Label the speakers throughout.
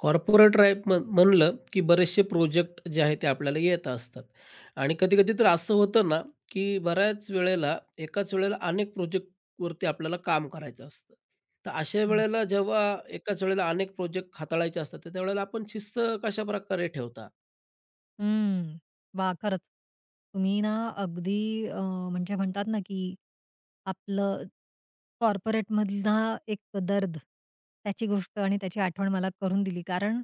Speaker 1: Corporate life म्हणलं, की बरेचसे प्रोजेक्ट जे आहेत ते आपल्याला येत असतात आणि कधी-कधी तर असं होतं ना, की बऱ्याच वेळेला एकाच वेळेला अनेक प्रोजेक्टवरती आपल्याला काम करायचं असतं. तर अशा
Speaker 2: हं.
Speaker 1: वेळेला जेव्हा एकाच वेळेला अनेक प्रोजेक्ट हाताळायचे असतात, तर त्यावेळेला आपण शिस्त कशाप्रकारे ठेवता?
Speaker 2: हं. वाह! खरंच. तुम्ही ना अगदी अ, म्हणजे म्हणतात ना, की आपलं कॉर्पोरेटमधला एक दर्द, त्याची गोष्ट आणि त्याची आठवण मला करून दिली. कारण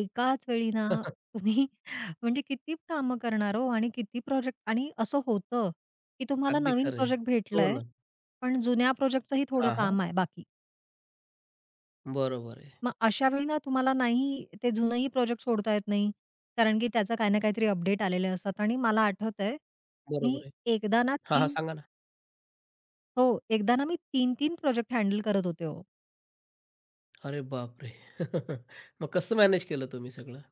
Speaker 2: एकाच वेळी ना तुम्ही म्हणजे किती कामं करणार हो आणि किती प्रोजेक्ट आणि असं होतं, की तुम्हाला
Speaker 1: अगदी
Speaker 2: नवीन
Speaker 1: खरं आहे.
Speaker 2: प्रोजेक्ट
Speaker 1: हो
Speaker 2: भेटलंय,
Speaker 1: ना.
Speaker 2: पण जुन्या प्रोजेक्टचंही थोडं
Speaker 1: हां, हां.
Speaker 2: काम आहे बाकी.
Speaker 1: बरोबर आहे.
Speaker 2: मग अशावेळी ना तुम्हाला नाही ते जुनंही प्रोजेक्ट सोडता येत नाही. कारण की त्याचं काही ना काहीतरी अपडेट आलेले असतात आणि मला आठवतंय, मी
Speaker 1: बरोबर आहे.
Speaker 2: एकदा ना
Speaker 1: हां, हां.
Speaker 2: 3
Speaker 1: सांगा ना.
Speaker 2: हो, एकदा ना मी तीन-तीन प्रोजेक्ट हँडल करत होते हो.
Speaker 1: अरे बापरे! मग कसं मॅनेज केलं तुम्ही सगळं?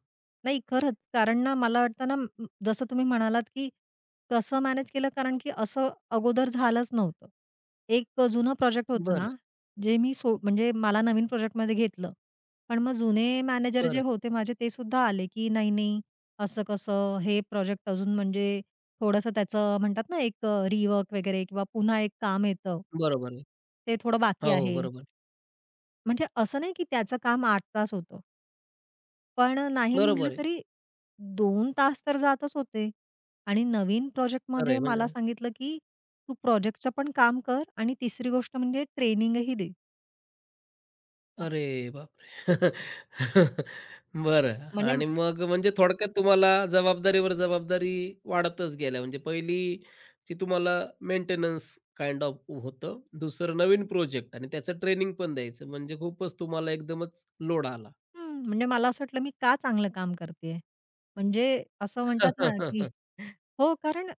Speaker 2: नाही खरंच. कारण ना मला वाटतं ना, जसं तुम्ही म्हणालात, की कसं मॅनेज केलं कारण की असं अगोदर झालंच नव्हतं. एक जुनं प्रोजेक्ट होतं
Speaker 1: बरं,
Speaker 2: ना, जे मी म्हणजे मला नवीन प्रोजेक्टमध्ये घेतलं. पण मग जुने मॅनेजर जे
Speaker 1: बरं.
Speaker 2: होते माझे ते सुद्धा आले, की "नाही, नाही, असं कसं? हे प्रोजेक्ट अजून म्हणजे थोडंसं त्याचं म्हणतात ना, एक रिवर्क वगैरे किंवा पुन्हा एक काम येतं.
Speaker 1: बरोबर आहे.
Speaker 2: ते थोडं
Speaker 1: हो,
Speaker 2: बाकी
Speaker 1: हो.
Speaker 2: आहे."
Speaker 1: बरोबर आहे.
Speaker 2: म्हणजे असं नाही की त्याचं काम 8 तास होतं. पण नाही
Speaker 1: बरोबर
Speaker 2: म्हटलं
Speaker 1: आहे.
Speaker 2: तरी 2 तास तर जातच होते आणि नवीन
Speaker 1: खरंय
Speaker 2: प्रोजेक्टमध्ये मला
Speaker 1: म्हणजे
Speaker 2: सांगितलं, की "तू प्रोजेक्टचं पण काम कर आणि तिसरी गोष्ट म्हणजे ट्रेनिंगही दे."
Speaker 1: अरे बापरे! बरं
Speaker 2: म्हणजे
Speaker 1: आणि मग म्हणजे थोडक्यात तुम्हाला जबाबदारीवर जबाबदारी वाढतच गेल्या. म्हणजे पहिली जी तुम्हाला मेंटेनन्स काइंड ऑफ होतं. दुसरं नवीन प्रोजेक्ट आणि त्याचं ट्रेनिंग पण द्यायचं. म्हणजे खूपच तुम्हाला एकदमच लोड आला.
Speaker 2: म्हणजे मला असं वाटलं, मी का चांगलं काम करतेय? म्हणजे असं म्हणतात ना, की हो, कारण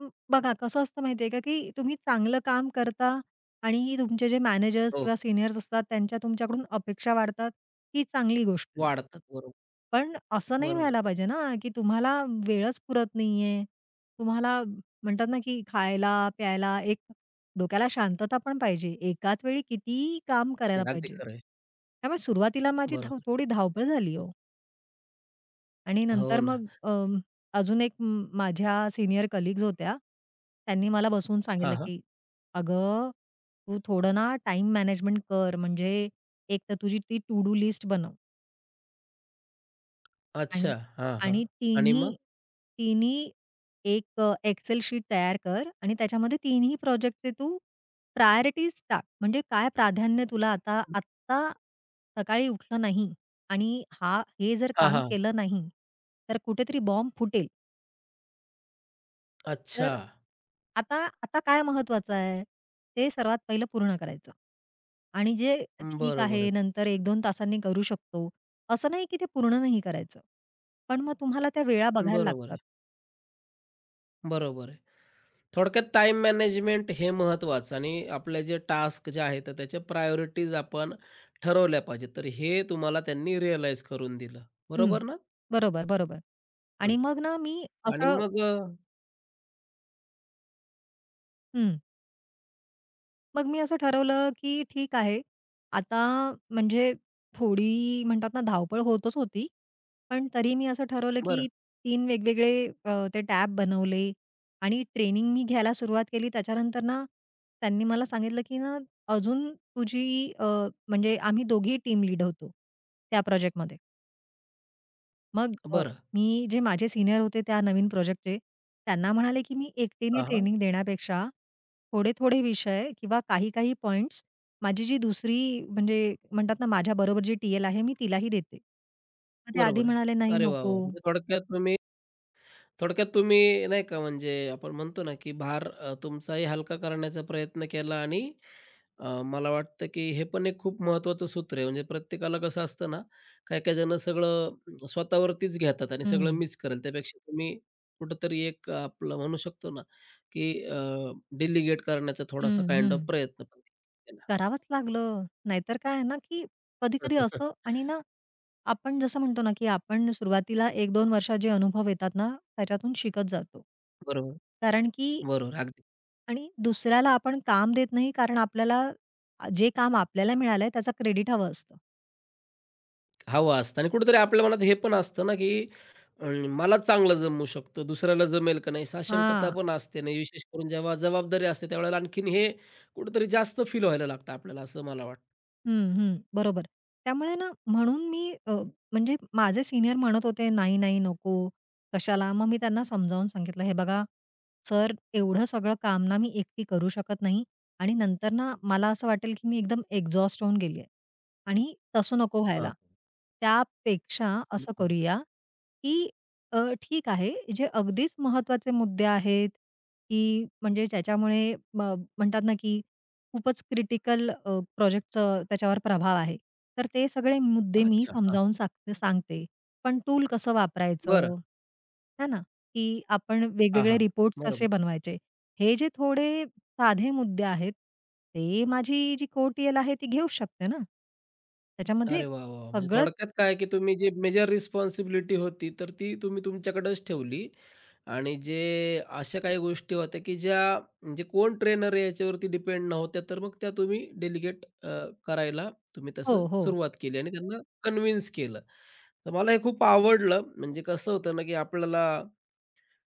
Speaker 2: अ, बघा कसं असतं माहितीये का, की तुम्ही चांगलं काम करता आणि तुमचे जे मॅनेजर्स
Speaker 1: हो,
Speaker 2: किंवा सीनियर्स असतात त्यांच्या तुमच्याकडून अपेक्षा वाढतात, ही चांगली गोष्ट आहे.
Speaker 1: वाढतात. बरोबर,
Speaker 2: पण असं नाही
Speaker 1: बरोबर.
Speaker 2: व्हायला पाहिजे ना, की तुम्हाला वेळच पुरत नाहीये. तुम्हाला म्हणतात ना, की खायला, प्यायला एक डोक्याला शांतता पण पाहिजे. एकाच वेळी किती काम
Speaker 1: अगदी
Speaker 2: करायला
Speaker 1: अगदी
Speaker 2: पाहिजे.
Speaker 1: खरं आहे.
Speaker 2: त्यामुळे सुरुवातीला माझी
Speaker 1: बरोबर.
Speaker 2: थोडी धावपळ झाली हो आणि
Speaker 1: हो
Speaker 2: नंतर
Speaker 1: ना.
Speaker 2: मग अजून एक माझ्या सीनियर कलीग्स होत्या. त्यांनी मला बसवून
Speaker 1: हां,
Speaker 2: सांगितलं,
Speaker 1: हां.
Speaker 2: की "अगं, तू थोडं ना टाईम मॅनेजमेंट कर. म्हणजे एक तर तुझी ती टू डू लिस्ट बनव." आणि
Speaker 1: अच्छा. हां, हां.
Speaker 2: आणि
Speaker 1: आणि
Speaker 2: तिन्ही
Speaker 1: मग?
Speaker 2: तिन्ही एक शीट तयार कर आणि त्याच्यामध्ये तिन्ही प्रोजेक्टचे तू प्रायोरिटीज टाक. म्हणजे काय प्राधान्य तुला आता आत्ता सकाळी उठलं नाही आणि हे जर
Speaker 1: हां,
Speaker 2: काम
Speaker 1: हां.
Speaker 2: केलं नाही, तर कुठेतरी बॉम्ब फुटेल.
Speaker 1: अच्छा.
Speaker 2: तर आता आता काय महत्वाचं आहे, ते सर्वात पहिलं पूर्ण करायचं. आणि जे ठीक
Speaker 1: बरोबर आहे.
Speaker 2: आहे, नंतर 1-2 तासांनी करू शकतो, असं नाही की ते पूर्ण नाही करायचं. पण मग तुम्हाला त्या वेळा बघायला
Speaker 1: बरोबर आहे.
Speaker 2: लागतात.
Speaker 1: बरोबर आहे. थोडक्यात टाईम मॅनेजमेंट हे महत्त्वाचं आणि आपले जे टास्क जे आहेत, तर त्याच्या प्रायोरिटीज आपण ठरवल्या पाहिजेत. तर हे तुम्हाला त्यांनी रिअलाईज करून दिलं.
Speaker 2: हं.
Speaker 1: बरोबर ना?
Speaker 2: बरोबर, बरोबर.
Speaker 1: हं.
Speaker 2: आणि मग ना मी
Speaker 1: आणि
Speaker 2: असं
Speaker 1: मग
Speaker 2: हं. मग मी असं ठरवलं, की ठीक आहे. आता म्हणजे थोडी म्हणतात ना धावपळ होतच होती. पण तरी मी असं ठरवलं,
Speaker 1: बरं,
Speaker 2: की तीन वेगवेगळे ते टॅब बनवले आणि ट्रेनिंग मी घ्यायला सुरुवात केली. त्याच्यानंतर ना त्यांनी मला सांगितलं, की ना अजून तुझी म्हणजे आम्ही दोघी टीम लीड होतो त्या प्रोजेक्टमध्ये. मग
Speaker 1: बरं.
Speaker 2: मी जे माझे सीनियर होते त्या नवीन प्रोजेक्टचे, त्यांना म्हणाले, की "मी एकटीने
Speaker 1: हां, हां.
Speaker 2: ट्रेनिंग देण्यापेक्षा थोडे-थोडे विषय किंवा काही-काही पॉइंट्स माझी जी दुसरी म्हणजे म्हणतात ना, माझ्याबरोबर जी टीएल आहे, मी तिलाही देते." मग ते आधी
Speaker 1: बरोबर आहे.
Speaker 2: म्हणाले, "नाही,
Speaker 1: अरे वाह, वाह!
Speaker 2: नको."
Speaker 1: म्हणजे थोडक्यात तुम्ही नाही का म्हणजे आपण म्हणतो ना, की भार तुमचाही हलका करण्याचा प्रयत्न केला आणि मला वाटतं, की हे पण एक खूप महत्त्वाचं सूत्र आहे. म्हणजे प्रत्येकाला कसं असतं ना, काही-काही जणं सगळं स्वतःवरतीच घेतात आणि सगळं
Speaker 2: हं,
Speaker 1: मीच करेल. त्यापेक्षा तुम्ही कुठेतरी एक आपलं म्हणू शकतो ना, की करण्याचा
Speaker 2: हं,
Speaker 1: थोडासा काइंड
Speaker 2: हं.
Speaker 1: ऑफ प्रयत्न पण केला.
Speaker 2: करावंच लागलं. नाहीतर काय आहे ना, की कधी-कधी असं आणि ना, आपण जसं म्हणतो ना, की आपण सुरुवातीला 1-2 वर्षात जे अनुभव येतात ना, त्याच्यातून शिकत जातो.
Speaker 1: बरोबर,
Speaker 2: कारण की
Speaker 1: बरोबर. अगदी.
Speaker 2: आणि दुसऱ्याला आपण काम देत नाही कारण आपल्याला जे काम आपल्याला मिळालंय त्याचा क्रेडिट हवं असतं.
Speaker 1: हवं असतं आणि कुठेतरी आपल्या मनात हे पण असतं ना, की मलाच चांगलं जमू शकतं, दुसऱ्याला जमेल का नाही? साशंकता
Speaker 2: हां.
Speaker 1: पण असते ना, विशेष करून जेव्हा जबाबदारी असते त्यावेळेला आणखीन हे कुठेतरी जास्त फील व्हायला लागतं आपल्याला, असं मला वाटतं.
Speaker 2: हं, हं. बरोबर. त्यामुळे ना म्हणून मी म्हणजे माझे सीनियर म्हणत होते, "नाही, नाही, नको. कशाला?" मग मी त्यांना समजावून सांगितलं, "हे बघा सर, एवढं सगळं काम ना मी एकटी करू शकत नाही आणि नंतर ना मला असं वाटेल की मी एकदम एक्झॉस्ट होऊन गेली आहे आणि तसं नको
Speaker 1: हां.
Speaker 2: व्हायला. त्यापेक्षा असं करूया की ठीक आहे, जे अगदीच महत्त्वाचे मुद्दे आहेत की म्हणजे ज्याच्यामुळे म्हणतात ना की खूपच क्रिटिकल प्रोजेक्टचं त्याच्यावर प्रभाव आहे. तर ते सगळे मुद्दे मी
Speaker 1: अच्छा. हां.
Speaker 2: समजावून सांगते सांगते. पण टूल कसं
Speaker 1: बरं.
Speaker 2: वापरायचं? है ना? की आपण
Speaker 1: हां,
Speaker 2: वेगवेगळे
Speaker 1: हां.
Speaker 2: रिपोर्ट्स
Speaker 1: बरोबर.
Speaker 2: कसे बनवायचे? हे जे थोडे साधे मुद्दे आहेत, ते माझी जी को आहे ती घेऊच शकते ना. त्याच्यामध्ये
Speaker 1: अरे वाह, वाह! म्हणजे
Speaker 2: सगळंच
Speaker 1: थोडक्यात काय, की तुम्ही जी मेजर रिस्पॉन्सिबिलिटी होती, तर ती तुम्ही तुमच्याकडेच ठेवली आणि जे अशा काही गोष्टी होत्या, की ज्या म्हणजे कोण ट्रेनर आहे याच्यावरती डिपेंड नव्हत्या, तर मग त्या तुम्ही डेलिगेट करायला तुम्ही
Speaker 2: हो,
Speaker 1: तसं
Speaker 2: हो.
Speaker 1: सुरुवात केली आणि त्यांना कन्विन्स केलं. तर मला हे खूप आवडलं. म्हणजे कसं होतं ना, की आपल्याला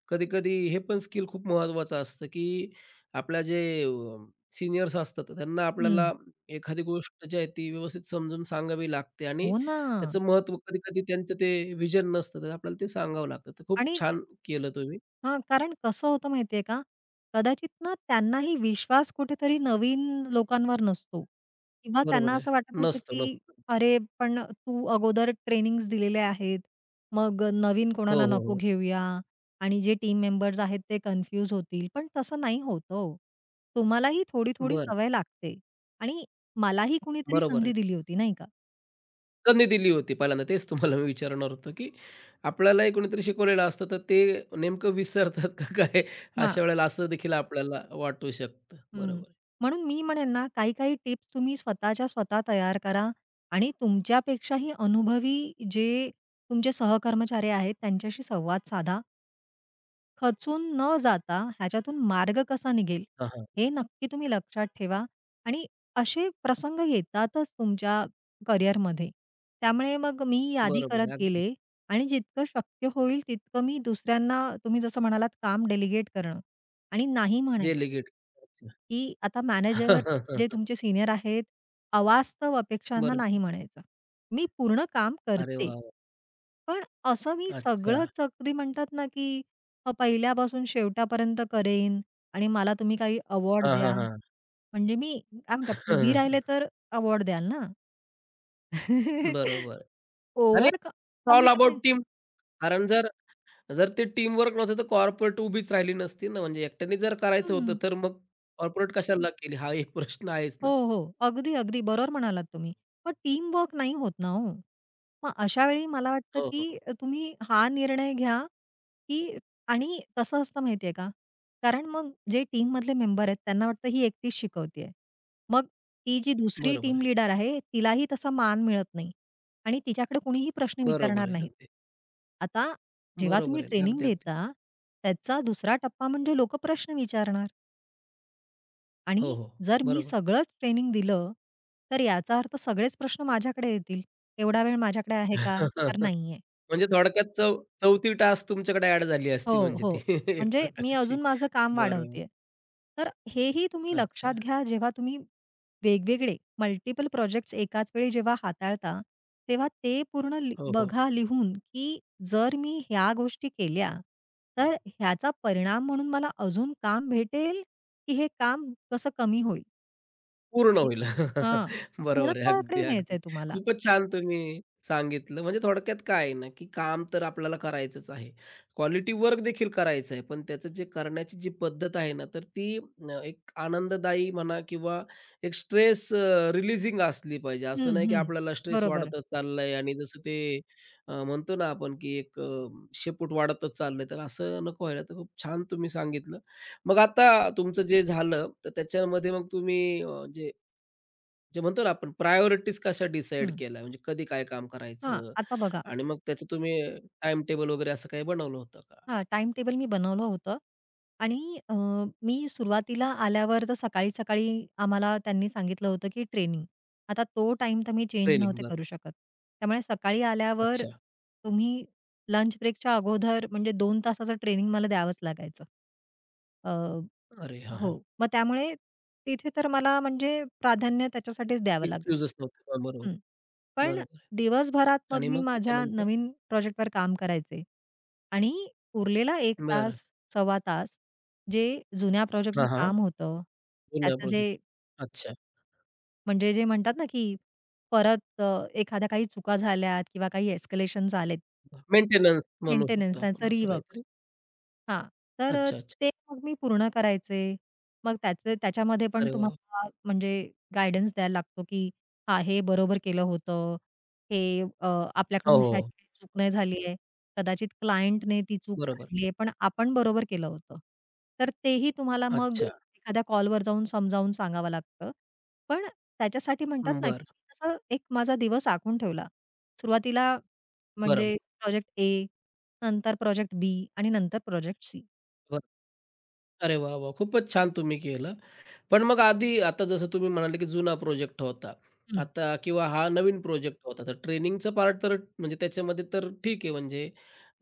Speaker 1: कधी-कधी हे पण स्किल खूप महत्त्वाचं असतं, की आपल्या जे सीनियर्स असतात त्यांना आपल्याला
Speaker 2: हं.
Speaker 1: एखादी गोष्ट जी आहे ती व्यवस्थित समजून सांगावी लागते आणि
Speaker 2: हो ना.
Speaker 1: त्याचं महत्त्व कधी-कधी त्यांचं ते विजन नसतं, तर आपल्याला ते सांगावं लागतं. तर खूप
Speaker 2: आणि
Speaker 1: छान केलं तुम्ही.
Speaker 2: हां, कारण कसं होतं माहिती आहे का? कदाचित ना त्यांनाही विश्वास कुठेतरी नवीन लोकांवर नसतो किंवा
Speaker 1: बरोबर
Speaker 2: त्यांना
Speaker 1: आहे.
Speaker 2: असं वाटत असतं,
Speaker 1: नसतो,
Speaker 2: की
Speaker 1: नसतो.
Speaker 2: "अरे, पण तू अगोदर ट्रेनिंग्ज दिलेले आहेत, मग नवीन
Speaker 1: हो,
Speaker 2: कोणाला
Speaker 1: हो,
Speaker 2: नको
Speaker 1: हो.
Speaker 2: घेऊया आणि जे टीम मेंबर्स आहेत ते कन्फ्यूज होतील." पण तसं नाही होत हो. तुम्हालाही थोडी-थोडी
Speaker 1: बरं.
Speaker 2: सवय लागते आणि मलाही कुणीतरी
Speaker 1: बरोबर आहे.
Speaker 2: संधी दिली होती, नाही का?
Speaker 1: त्यांनी दिली होती पहिल्यांदा. तेच तुम्हाला मी विचारणार होतो, की आपल्यालाही कोणीतरी शिकवलेलं असतं, तर ते नेमकं विसरतात का काय? अशा वेळेला असं देखील आपल्याला वाटू शकतं.
Speaker 2: हं.
Speaker 1: बरोबर
Speaker 2: म्हणून मी म्हणेन ना, काही-काही टिप्स तुम्ही स्वतःच्या स्वतः तयार करा आणि तुमच्यापेक्षाही अनुभवी जे तुमचे सहकर्मचारी आहेत त्यांच्याशी संवाद साधा. खचून न जाता ह्याच्यातून मार्ग कसा निघेल, हे नक्की तुम्ही लक्षात ठेवा आणि असे प्रसंग येतातच तुमच्या करिअरमध्ये. त्यामुळे मग मी यादी
Speaker 1: बरोबर, आहे,
Speaker 2: करत
Speaker 1: अगदी.
Speaker 2: गेले आणि जितकं शक्य होईल तितकं मी दुसऱ्यांना तुम्ही जसं म्हणालात काम डेलिगेट करणं आणि नाही म्हणायचं.
Speaker 1: डेलिगेट.
Speaker 2: की आता
Speaker 1: अच्छा.
Speaker 2: मॅनेजर जे तुमचे सीनियर आहेत, अवास्तव अपेक्षांना नाही
Speaker 1: बरोबर.
Speaker 2: म्हणायचं. मी पूर्ण काम
Speaker 1: अरे
Speaker 2: करते.
Speaker 1: वाह! वाह!
Speaker 2: पण असं मी
Speaker 1: अच्छा.
Speaker 2: सगळंच अगदी म्हणतात ना, की मग पहिल्यापासून शेवटापर्यंत करेन आणि मला तुम्ही काही अवॉर्ड
Speaker 1: हां, हां,
Speaker 2: द्या.
Speaker 1: हां.
Speaker 2: म्हणजे मी काय म्हणतात उभी राहिले तर अवॉर्ड द्याल ना.
Speaker 1: बरोबर आणि
Speaker 2: ओव्हर क
Speaker 1: it's all about
Speaker 2: commitment
Speaker 1: team. कारण जर जर ते टीमवर्क नव्हतं, तर कॉर्पोरेट उभीच राहिली नसती ना. म्हणजे एकट्याने जर करायचं होतं, तर मग कॉर्पोरेट कशाला केली? हा एक प्रश्न आहेच ना.
Speaker 2: हो, हो. अगदी, अगदी बरोबर म्हणालात तुम्ही. पण टीमवर्क नाही होत ना हो. मग अशा वेळी मला वाटतं,
Speaker 1: हो,
Speaker 2: की
Speaker 1: हो, हो.
Speaker 2: तुम्ही हा निर्णय घ्या, की आणि कसं असतं माहिती आहे का? कारण मग जे टीममधले मेंबर आहेत, त्यांना वाटतं ही एकटीच शिकवते आहे. मग ती जी दुसरी
Speaker 1: बरोबर
Speaker 2: टीम
Speaker 1: आहे.
Speaker 2: लीडर आहे, तिलाही तसा मान मिळत नाही आणि तिच्याकडे कुणीही प्रश्न
Speaker 1: बरोबर
Speaker 2: विचारणार
Speaker 1: आहे.
Speaker 2: नाहीत.
Speaker 1: अगदी.
Speaker 2: आता जेव्हा
Speaker 1: बरोबर
Speaker 2: तुम्ही
Speaker 1: आहे.
Speaker 2: ट्रेनिंग
Speaker 1: अगदी, अगदी.
Speaker 2: देता, त्याचा दुसरा टप्पा म्हणजे लोकं प्रश्न विचारणार
Speaker 1: हो,
Speaker 2: आणि
Speaker 1: हो.
Speaker 2: जर मी
Speaker 1: बरोबर आहे.
Speaker 2: सगळंच ट्रेनिंग दिलं, तर याचा अर्थ सगळेच प्रश्न माझ्याकडे येतील. एवढा वेळ माझ्याकडे आहे का? तर नाही
Speaker 1: म्हणजे थोडक्यात चौथी टास्क तुमच्याकडे ॲड झाली असती
Speaker 2: हो,
Speaker 1: म्हणजे
Speaker 2: हो.
Speaker 1: ती एक
Speaker 2: म्हणजे मी
Speaker 1: प्रकारची.
Speaker 2: अजून माझं काम
Speaker 1: बरोबर.
Speaker 2: वाढवतेय. तर हेही तुम्ही लक्षात
Speaker 1: अच्छा.
Speaker 2: घ्या जेव्हा तुम्ही वेगवेगळे मल्टिपल प्रोजेक्ट्स एकाच वेळी जेव्हा हाताळता, तेव्हा ते पूर्ण
Speaker 1: हो, हो.
Speaker 2: बघा लिहून, की जर मी ह्या गोष्टी केल्या, तर ह्याचा परिणाम म्हणून मला अजून काम भेटेल, की हे काम कसं कमी होईल?
Speaker 1: पूर्ण
Speaker 2: जी
Speaker 1: होईल.
Speaker 2: हां.
Speaker 1: बरोबर आहे. अगदी,
Speaker 2: पूर्णत्वाकडे
Speaker 1: अगदी.
Speaker 2: न्यायचंय तुम्हाला.
Speaker 1: खूपच छान तुम्ही सांगितलं. म्हणजे थोडक्यात काय आहे ना, की काम तर आपल्याला करायचंच आहे. क्वालिटी वर्क देखील करायचं आहे. पण त्याचं जे करण्याची जी पद्धत आहे ना, तर ती एक आनंददायी म्हणा किंवा एक स्ट्रेस रिलीजिंग असली पाहिजे. असं
Speaker 2: हं,
Speaker 1: नाही की
Speaker 2: हं.
Speaker 1: आपल्याला स्ट्रेस
Speaker 2: बरोबर.
Speaker 1: वाढतच चाललाय आणि जसं ते म्हणतो ना आपण, की एक शेपूट वाढतच चाललंय. तर असं नको व्हायला. तर खूप छान तुम्ही सांगितलं. मग आता तुमचं जे झालं, तर त्याच्यामध्ये मग तुम्ही जे जे म्हणतो ना आपण प्रायोरिटीज कशा डिसाईड
Speaker 2: हं.
Speaker 1: केल्या? म्हणजे कधी काय काम
Speaker 2: हां,
Speaker 1: करायचं
Speaker 2: आता बघा
Speaker 1: आणि मग त्याचं तुम्ही टाईम टेबल वगैरे असं काही बनवलं होतं का?
Speaker 2: हां, टाईम टेबल मी बनवलं होतं आणि मी सुरुवातीला आल्यावर तर सकाळी-सकाळी आम्हाला त्यांनी सांगितलं होतं, की ट्रेनिंग. आता तो टाइम तर मी चेंज
Speaker 1: ट्रेनिंग
Speaker 2: नव्हते
Speaker 1: बरं.
Speaker 2: करू शकत. त्यामुळे सकाळी आल्यावर
Speaker 1: अच्छा.
Speaker 2: तुम्ही लंच ब्रेकच्या अगोदर म्हणजे 2 तासाचं ट्रेनिंग मला द्यावंच लागायचं.
Speaker 1: अरे हां, हां.
Speaker 2: हो. मग त्यामुळे तिथे तर मला म्हणजे प्राधान्य त्याच्यासाठीच द्यावं लागलं.
Speaker 1: एक्सक्यूजच नव्हते. हां, बरोबर.
Speaker 2: हं. पण
Speaker 1: बरोबर आहे.
Speaker 2: दिवसभरात मग
Speaker 1: आणि
Speaker 2: मी
Speaker 1: मग
Speaker 2: माझ्या
Speaker 1: त्याच्यानंतर?
Speaker 2: नवीन प्रोजेक्टवर काम करायचे आणि उरलेला एक
Speaker 1: बरं.
Speaker 2: तास, सव्वा तास जे जुन्या प्रोजेक्टचं
Speaker 1: हां, हां.
Speaker 2: काम होतं,
Speaker 1: जुना
Speaker 2: त्याचं
Speaker 1: प्रोजेक्ट. अच्छा.
Speaker 2: म्हणजे जे म्हणतात ना, की परत एखाद्या काही चुका झाल्यात किंवा काही एस्केलेशन्स आलेत.
Speaker 1: मेंटेनन्स म्हणू शकतो
Speaker 2: मेंटेनन्स
Speaker 1: आपण
Speaker 2: त्यांचं
Speaker 1: असं
Speaker 2: रिवर्क.
Speaker 1: काहीतरी?
Speaker 2: हां, तर
Speaker 1: अच्छा, अच्छा.
Speaker 2: ते मग मी पूर्ण करायचे. मग त्याचे त्याच्यामध्ये पण
Speaker 1: अरे वाह!
Speaker 2: तुम्हाला म्हणजे गाईडन्स द्यायला लागतो, की हां, हे बरोबर केलं होतं. हे अ,
Speaker 1: हो,
Speaker 2: आपल्याकडून
Speaker 1: हो.
Speaker 2: ह्याची काही चूक नाही झाली आहे. कदाचित क्लायंटने ती चूक
Speaker 1: बरोबर.
Speaker 2: काढली आहे, पण आपण बरोबर केलं होतं. तर तेही तुम्हाला मग
Speaker 1: अच्छा.
Speaker 2: एखाद्या कॉलवर जाऊन समजावून सांगावं लागतं. पण त्याच्यासाठी म्हणतात ना,
Speaker 1: बरं.
Speaker 2: की तसं एक माझा दिवस आखून ठेवला. सुरुवातीला म्हणजे
Speaker 1: बरोबर.
Speaker 2: प्रोजेक्ट ए नंतर प्रोजेक्ट बी आणि नंतर प्रोजेक्ट सी.
Speaker 1: बरं. अरे वाह, वाह! खूपच छान तुम्ही केलं. पण मग आधी आता जसं तुम्ही म्हणाले, की जुना प्रोजेक्ट होता.
Speaker 2: हं,
Speaker 1: आता किंवा हा नवीन प्रोजेक्ट होता. तर ट्रेनिंगचा पार्ट तर म्हणजे त्याच्यामध्ये तर ठीक आहे म्हणजे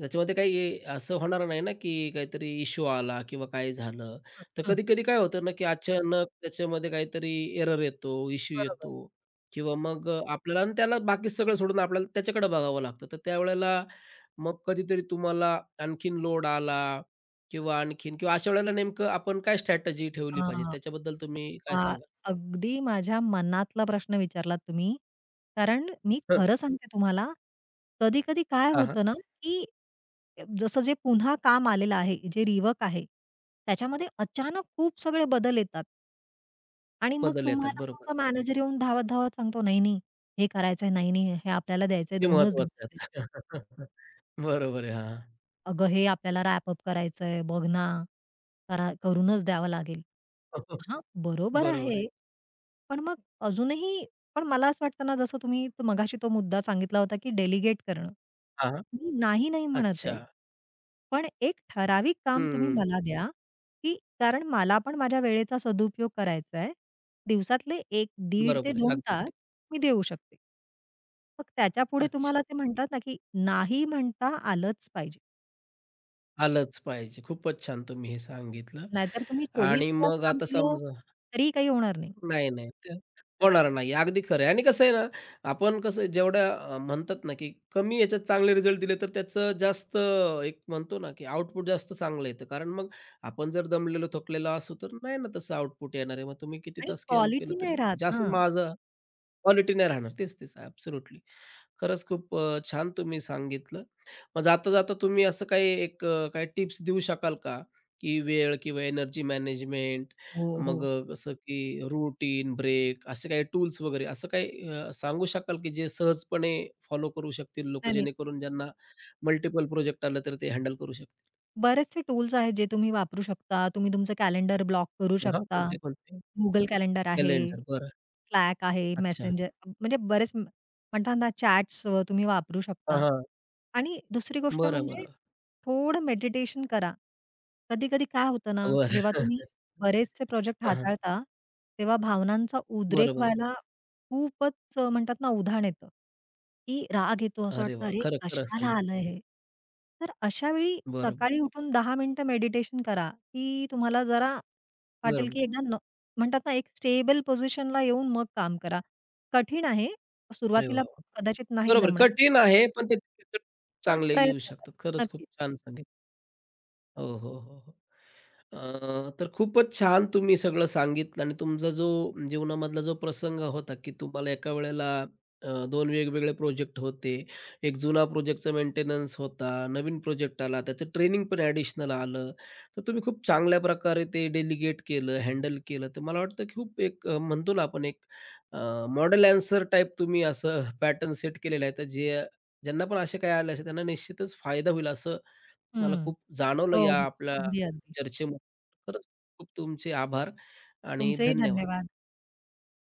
Speaker 1: त्याच्यामध्ये काही असं होणार नाही ना, की काहीतरी इश्यू आला किंवा काय झालं.
Speaker 2: हं,
Speaker 1: तर
Speaker 2: हं.
Speaker 1: कधी-कधी काय होतं ना, की अचानक त्याच्यामध्ये काहीतरी एरर येतो, इश्यू
Speaker 2: बरोबर.
Speaker 1: येतो किंवा मग आपल्याला आणि त्याला बाकी सगळं सोडून आपल्याला त्याच्याकडे बघावं लागतं. तर त्यावेळेला मग कधीतरी तुम्हाला आणखीन लोड आला किंवा आणखीन किंवा अशा वेळेला नेमकं आपण काय स्ट्रॅटेजी ठेवली पाहिजे?
Speaker 2: हां.
Speaker 1: त्याच्याबद्दल तुम्ही काय
Speaker 2: आ
Speaker 1: सांगा
Speaker 2: अगदी माझ्या मनातला प्रश्न विचारलात तुम्ही. कारण मी
Speaker 1: हं,
Speaker 2: खरं सांगते तुम्हाला, कधी-कधी काय
Speaker 1: हां, हां.
Speaker 2: होतं ना, की जसं जे पुन्हा काम आलेलं आहे, जे रिवर्क आहे, त्याच्यामध्ये अचानक खूप सगळे बदल येतात. आणि मग
Speaker 1: बदल येतात.
Speaker 2: तुम्हाला
Speaker 1: बरोबर
Speaker 2: तुमचा
Speaker 1: आहे.
Speaker 2: मॅनेजर येऊन धावत-धावत सांगतो, "नाही, नाही, हे करायचंय, नाही, नाही, हे आपल्याला द्यायचंय,
Speaker 1: हे
Speaker 2: 2च दिवसात
Speaker 1: महत्वाचं आहे.
Speaker 2: द्यायचंय."
Speaker 1: बरोबर आहे. हां.
Speaker 2: अगं, हे आपल्याला रॅपअप करायचंय, बघ ना, करा करूनच द्यावं लागेल. हां, बरोबर
Speaker 1: बरोबर आहे.
Speaker 2: आहे. पण मग अजूनही पण मला असं वाटतं ना, जसं तुम्ही मगाशी तो मुद्दा सांगितला होता, की डेलिगेट करणं.
Speaker 1: हां.
Speaker 2: मी नाही, नाही म्हणत
Speaker 1: अच्छा.
Speaker 2: आहे. पण एक ठराविक काम तुम्ही
Speaker 1: हं.
Speaker 2: मला द्या, की कारण मला पण माझ्या वेळेचा सदुपयोग करायचा आहे. दिवसातले 1 दीड ते
Speaker 1: बरोबर आहे.
Speaker 2: 2
Speaker 1: अगदी,
Speaker 2: तास
Speaker 1: अगदी.
Speaker 2: मी देऊ शकते. मग त्याच्यापुढे
Speaker 1: अच्छा.
Speaker 2: तुम्हाला ते म्हणतात ना, की नाही म्हणता आलंच पाहिजे.
Speaker 1: आलंच पाहिजे. खूपच छान तुम्ही हे सांगितलं
Speaker 2: नाहीतर तुम्ही 24
Speaker 1: आणि
Speaker 2: तास
Speaker 1: मग
Speaker 2: काम
Speaker 1: आता
Speaker 2: केलं
Speaker 1: समजा
Speaker 2: तरीही काही होणार नाही
Speaker 1: नाही, नाही. ते होणार नाही. अगदी खरं आहे आणि कसं आहे ना, आपण कसं जेवढ्या म्हणतात ना, की कमी याच्यात चांगले रिझल्ट दिले, तर त्याचं जास्त एक म्हणतो ना, की आउटपुट जास्त चांगलं येतं. कारण मग आपण जर दमलेलो, थकलेलो असू, तर नाही ना तसं आउटपुट येणार आहे. मग तुम्ही किती
Speaker 2: आणि
Speaker 1: तास काम केलं
Speaker 2: क्वालिटी नाही
Speaker 1: तरी,
Speaker 2: राहत ना.
Speaker 1: जे माझं क्वालिटी नाही राहणार. तेच, तेच. ॲब्सोल्युटली. खरंच खूप छान तुम्ही सांगितलं. मग जाता-जाता तुम्ही असं काही एक काही टिप्स देऊ शकाल का? की वेळ किंवा एनर्जी मॅनेजमेंट
Speaker 2: हो,
Speaker 1: मग
Speaker 2: हो.
Speaker 1: कसं की रूटीन, ब्रेक असे काही टूल्स वगैरे असं काही सांगू शकाल की जे सहजपणे फॉलो करू शकतील लोकं,
Speaker 2: नाही, नाही.
Speaker 1: जेणेकरून ज्यांना मल्टिपल प्रोजेक्ट आलं तर ते हँडल करू शकतील?
Speaker 2: बरेचसे टूल्स आहेत जे तुम्ही वापरू शकता. तुम्ही तुमचं कॅलेंडर ब्लॉक करू
Speaker 1: हां,
Speaker 2: शकता.
Speaker 1: कोणते-कोणते?
Speaker 2: Google कॅलेंडर आहे,
Speaker 1: कॅलेंडर. बरं.
Speaker 2: Slack आहे,
Speaker 1: अच्छा.
Speaker 2: Messenger म्हणजे म्हणतात ना चॅट्स तुम्ही वापरू
Speaker 1: हां,
Speaker 2: शकता.
Speaker 1: हां.
Speaker 2: आणि दुसरी गोष्ट
Speaker 1: बरं,
Speaker 2: म्हणजे
Speaker 1: बरं.
Speaker 2: थोडं मेडिटेशन करा. कधी-कधी काय होतं ना,
Speaker 1: बरं.
Speaker 2: जेव्हा तुम्ही बरेचसे प्रोजेक्ट
Speaker 1: हां, हां.
Speaker 2: हाताळता, तेव्हा भावनांचा उद्रेक
Speaker 1: बरोबर आहे.
Speaker 2: व्हायला खूपच म्हणतात ना उधाण येतं, की राग येतो. असं
Speaker 1: अरे
Speaker 2: वाटतं,
Speaker 1: वाह!
Speaker 2: "अरे,
Speaker 1: खरं, खरं
Speaker 2: कशाला
Speaker 1: सांगितलं.
Speaker 2: आलंय हे?" तर अशा वेळी
Speaker 1: बरोबर आहे.
Speaker 2: सकाळी उठून 10 मिनिटं मेडिटेशन करा, की तुम्हाला जरा वाटेल,
Speaker 1: बरोबर.
Speaker 2: की एकदा न म्हणतात ना, एक स्टेबल पोझिशनला येऊन मग काम करा. कठीण आहे.
Speaker 1: अरे वाह!
Speaker 2: सुरुवातीला
Speaker 1: वाह!
Speaker 2: कदाचित नाही
Speaker 1: बरोबर
Speaker 2: जमणार,
Speaker 1: कठीण आहे, पण त्याचे रिझल्ट
Speaker 2: पण
Speaker 1: चांगले येऊ
Speaker 2: प्रयत्न करा.
Speaker 1: शकतात. खरंच खूप
Speaker 2: नक्कीच.
Speaker 1: छान सांगितलं. हो, हो, हो, हो. तर खूपच छान तुम्ही सगळं सांगितलं आणि तुमचा जो जीवनामधला जो प्रसंग होता, की तुम्हाला एका वेळेला 2 वेगवेगळे प्रोजेक्ट होते. एक जुना प्रोजेक्टचा मेंटेनन्स होता, नवीन प्रोजेक्ट आला, त्याचं ट्रेनिंग पण ॲडिशनल आलं. तर तुम्ही खूप चांगल्या प्रकारे ते डेलिगेट केलं, हँडल केलं. तर मला वाटतं की खूप एक म्हणतो ना आपण एक मॉडेल ॲन्सर टाइप तुम्ही असं पॅटर्न सेट केलेला आहे. तर जे ज्यांना पण असे काही आले असेल त्यांना निश्चितच फायदा होईल असं मला
Speaker 2: हं.
Speaker 1: खूप जाणवलं
Speaker 2: हो,
Speaker 1: या
Speaker 2: हो.
Speaker 1: आपल्या
Speaker 2: अगदी, अगदी.
Speaker 1: चर्चेमध्ये. खरंच खूप तुमचे आभार आणि
Speaker 2: तुमचेही
Speaker 1: धन्यवाद.
Speaker 2: धन्यवाद.